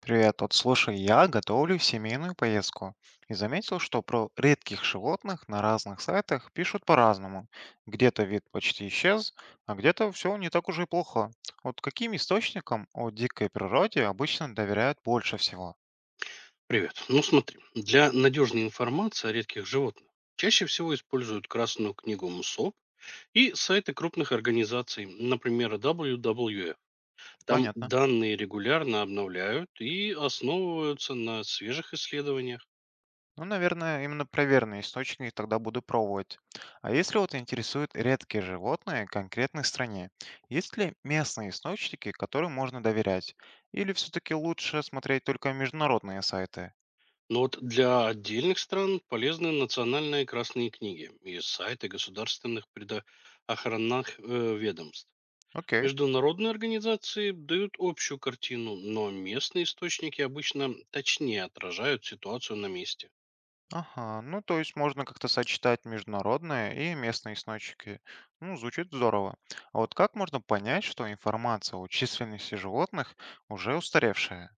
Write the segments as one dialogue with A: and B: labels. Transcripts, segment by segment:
A: Привет, вот слушай, я готовлю семейную поездку и заметил, что про редких животных на разных сайтах пишут по-разному. Где-то вид почти исчез, а где-то все не так уж и плохо. Вот каким источникам о дикой природе обычно доверяют больше всего?
B: Привет. Ну смотри, для надежной информации о редких животных чаще всего используют Красную книгу МСОП и сайты крупных организаций, например, WWF. Там
A: Понятно.
B: данные регулярно обновляют и основываются на свежих исследованиях.
A: Ну, наверное, именно проверенные источники тогда буду пробовать. А если вот интересуют редкие животные конкретной стране, есть ли местные источники, которым можно доверять? Или все-таки лучше смотреть только международные сайты?
B: Но вот для отдельных стран полезны национальные красные книги и сайты государственных предохранных ведомств.
A: Окей.
B: Международные организации дают общую картину, но местные источники обычно точнее отражают ситуацию на месте.
A: Ага, ну то есть можно как-то сочетать международные и местные источники. Ну, звучит здорово. А вот как можно понять, что информация о численности животных уже устаревшая?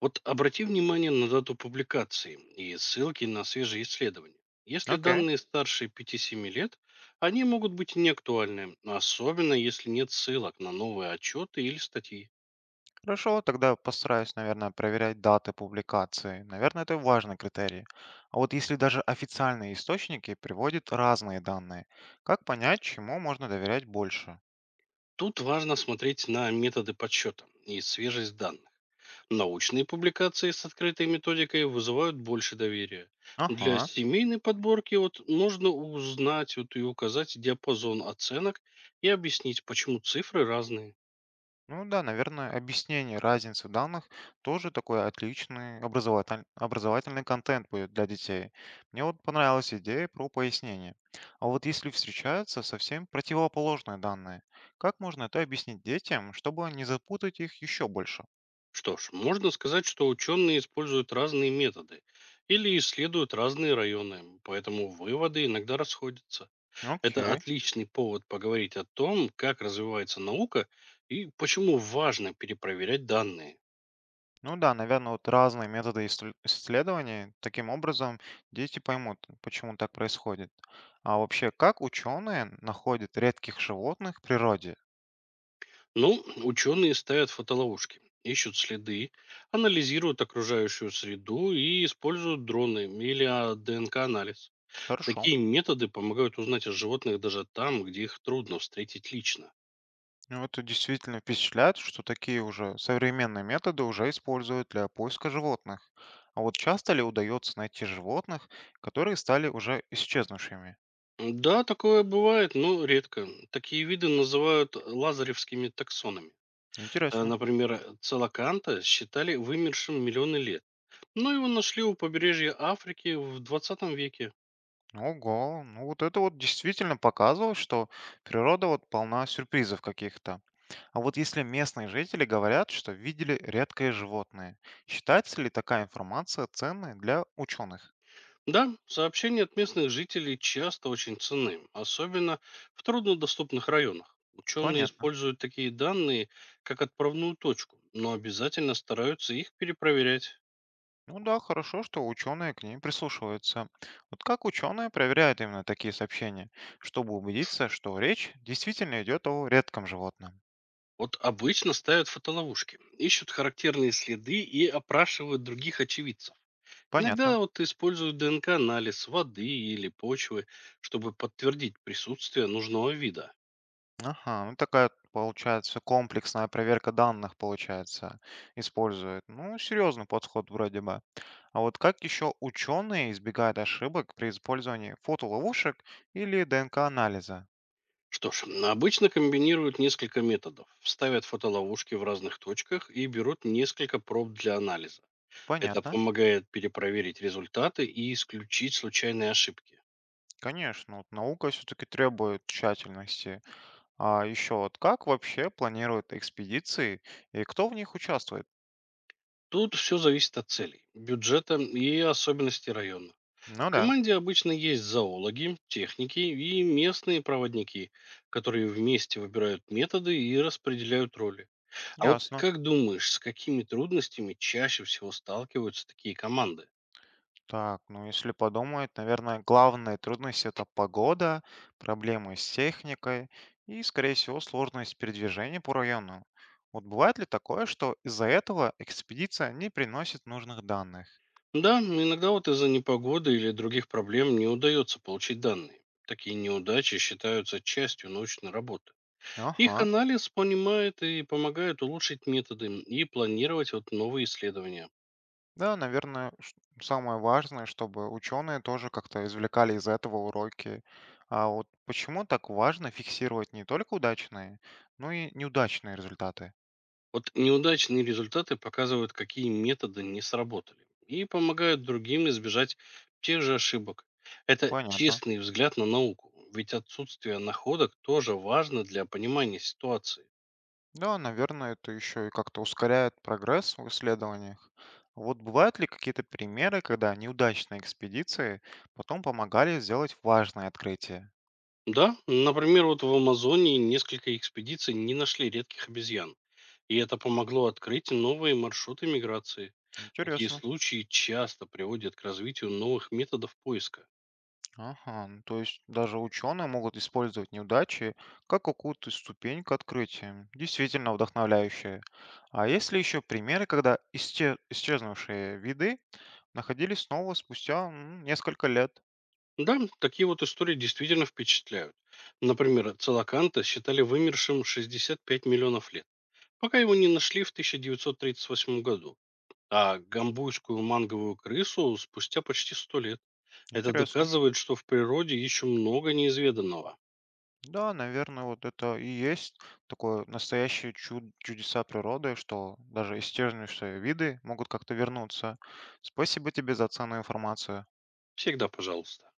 B: Вот обрати внимание на дату публикации и ссылки на свежие исследования. Если
A: Окей.
B: данные старше пяти-семи лет, они могут быть неактуальны, особенно если нет ссылок на новые отчеты или статьи.
A: Хорошо, тогда постараюсь, наверное, проверять даты публикации. Наверное, это важный критерий. А вот если даже официальные источники приводят разные данные, как понять, чему можно доверять больше?
B: Тут важно смотреть на методы подсчета и свежесть данных. Научные публикации с открытой методикой вызывают больше доверия. Для
A: Ага.
B: семейной подборки вот можно узнать вот и указать диапазон оценок и объяснить, почему цифры разные.
A: Ну да, наверное, объяснение разницы данных тоже такой отличный образовательный контент будет для детей. Мне вот понравилась идея про пояснение. А вот если встречаются совсем противоположные данные, как можно это объяснить детям, чтобы не запутать их еще больше?
B: Что ж, можно сказать, что ученые используют разные методы или исследуют разные районы, поэтому выводы иногда расходятся. Это
A: Окей.
B: отличный повод поговорить о том, как развивается наука и почему важно перепроверять данные.
A: Ну да, наверное, вот разные методы исследований. Таким образом, дети поймут, почему так происходит. А вообще, как ученые находят редких животных в природе?
B: Ну, ученые ставят фотоловушки, ищут следы, анализируют окружающую среду и используют дроны или ДНК-анализ.
A: Хорошо.
B: Такие методы помогают узнать о животных даже там, где их трудно встретить лично.
A: Ну, это действительно впечатляет, что такие уже современные методы уже используют для поиска животных. А вот часто ли удается найти животных, которые стали уже исчезнувшими?
B: Да, такое бывает, но редко. Такие виды называют лазаревскими таксонами.
A: Интересно.
B: Например, целоканта считали вымершим миллионы лет, но его нашли у побережья Африки в двадцатом веке.
A: Ого, ну вот это вот действительно показывает, что природа вот полна сюрпризов каких-то. А вот если местные жители говорят, что видели редкое животное, считается ли такая информация ценной для ученых?
B: Да, сообщения от местных жителей часто очень ценны, особенно в труднодоступных районах. Ученые
A: Понятно.
B: используют такие данные, как отправную точку, но обязательно стараются их перепроверять.
A: Ну да, хорошо, что ученые к ней прислушиваются. Вот как ученые проверяют именно такие сообщения, чтобы убедиться, что речь действительно идет о редком животном?
B: Вот обычно ставят фотоловушки, ищут характерные следы и опрашивают других очевидцев.
A: Понятно.
B: Иногда вот используют ДНК-анализ воды или почвы, чтобы подтвердить присутствие нужного вида.
A: Ага, ну такая вот получается комплексная проверка данных получается использует. Ну, серьезный подход вроде бы. А вот как еще ученые избегают ошибок при использовании фотоловушек или ДНК-анализа?
B: Что ж, обычно комбинируют несколько методов. Ставят фотоловушки в разных точках и берут несколько проб для анализа. Это
A: Понятно.
B: помогает перепроверить результаты и исключить случайные ошибки.
A: Конечно, вот наука все-таки требует тщательности. А еще вот как вообще планируют экспедиции и кто в них участвует?
B: Тут все зависит от целей, бюджета и особенностей района. В
A: Ну да,
B: команде обычно есть зоологи, техники и местные проводники, которые вместе выбирают методы и распределяют роли. А вот
A: ясно.
B: как думаешь, с какими трудностями чаще всего сталкиваются такие команды?
A: Так, ну если подумать, наверное, главная трудность это погода, проблемы с техникой и, скорее всего, сложность передвижения по району. Вот бывает ли такое, что из-за этого экспедиция не приносит нужных данных?
B: Да, иногда вот из-за непогоды или других проблем не удается получить данные. Такие неудачи считаются частью научной работы. Их
A: Ага.
B: анализ понимает и помогает улучшить методы и планировать вот новые исследования.
A: Да, наверное, самое важное, чтобы ученые тоже как-то извлекали из этого уроки. А вот почему так важно фиксировать не только удачные, но и неудачные результаты?
B: Вот неудачные результаты показывают, какие методы не сработали и помогают другим избежать тех же ошибок. Это
A: Понятно.
B: честный взгляд на науку, ведь отсутствие находок тоже важно для понимания ситуации.
A: Да, наверное, это еще и как-то ускоряет прогресс в исследованиях. Вот бывают ли какие-то примеры, когда неудачные экспедиции потом помогали сделать важное открытие?
B: Да, например, вот в Амазонии несколько экспедиций не нашли редких обезьян, и это помогло открыть новые маршруты миграции. Такие
A: Интересно.
B: случаи часто приводят к развитию новых методов поиска.
A: Ага, ну то есть даже ученые могут использовать неудачи как какую-то ступень к открытиям. Действительно вдохновляющее. А есть ли еще примеры, когда исчезнувшие виды находились снова спустя несколько лет?
B: Да, такие вот истории действительно впечатляют. Например, целоканта считали вымершим 65 миллионов лет, пока его не нашли в 1938 году, а гамбуйскую манговую крысу спустя почти 100 лет. Это
A: Интересно.
B: доказывает, что в природе еще много неизведанного.
A: Да, наверное, вот это и есть такое настоящее чудеса природы, что даже исчезнувшие виды могут как-то вернуться. Спасибо тебе за ценную информацию.
B: Всегда пожалуйста.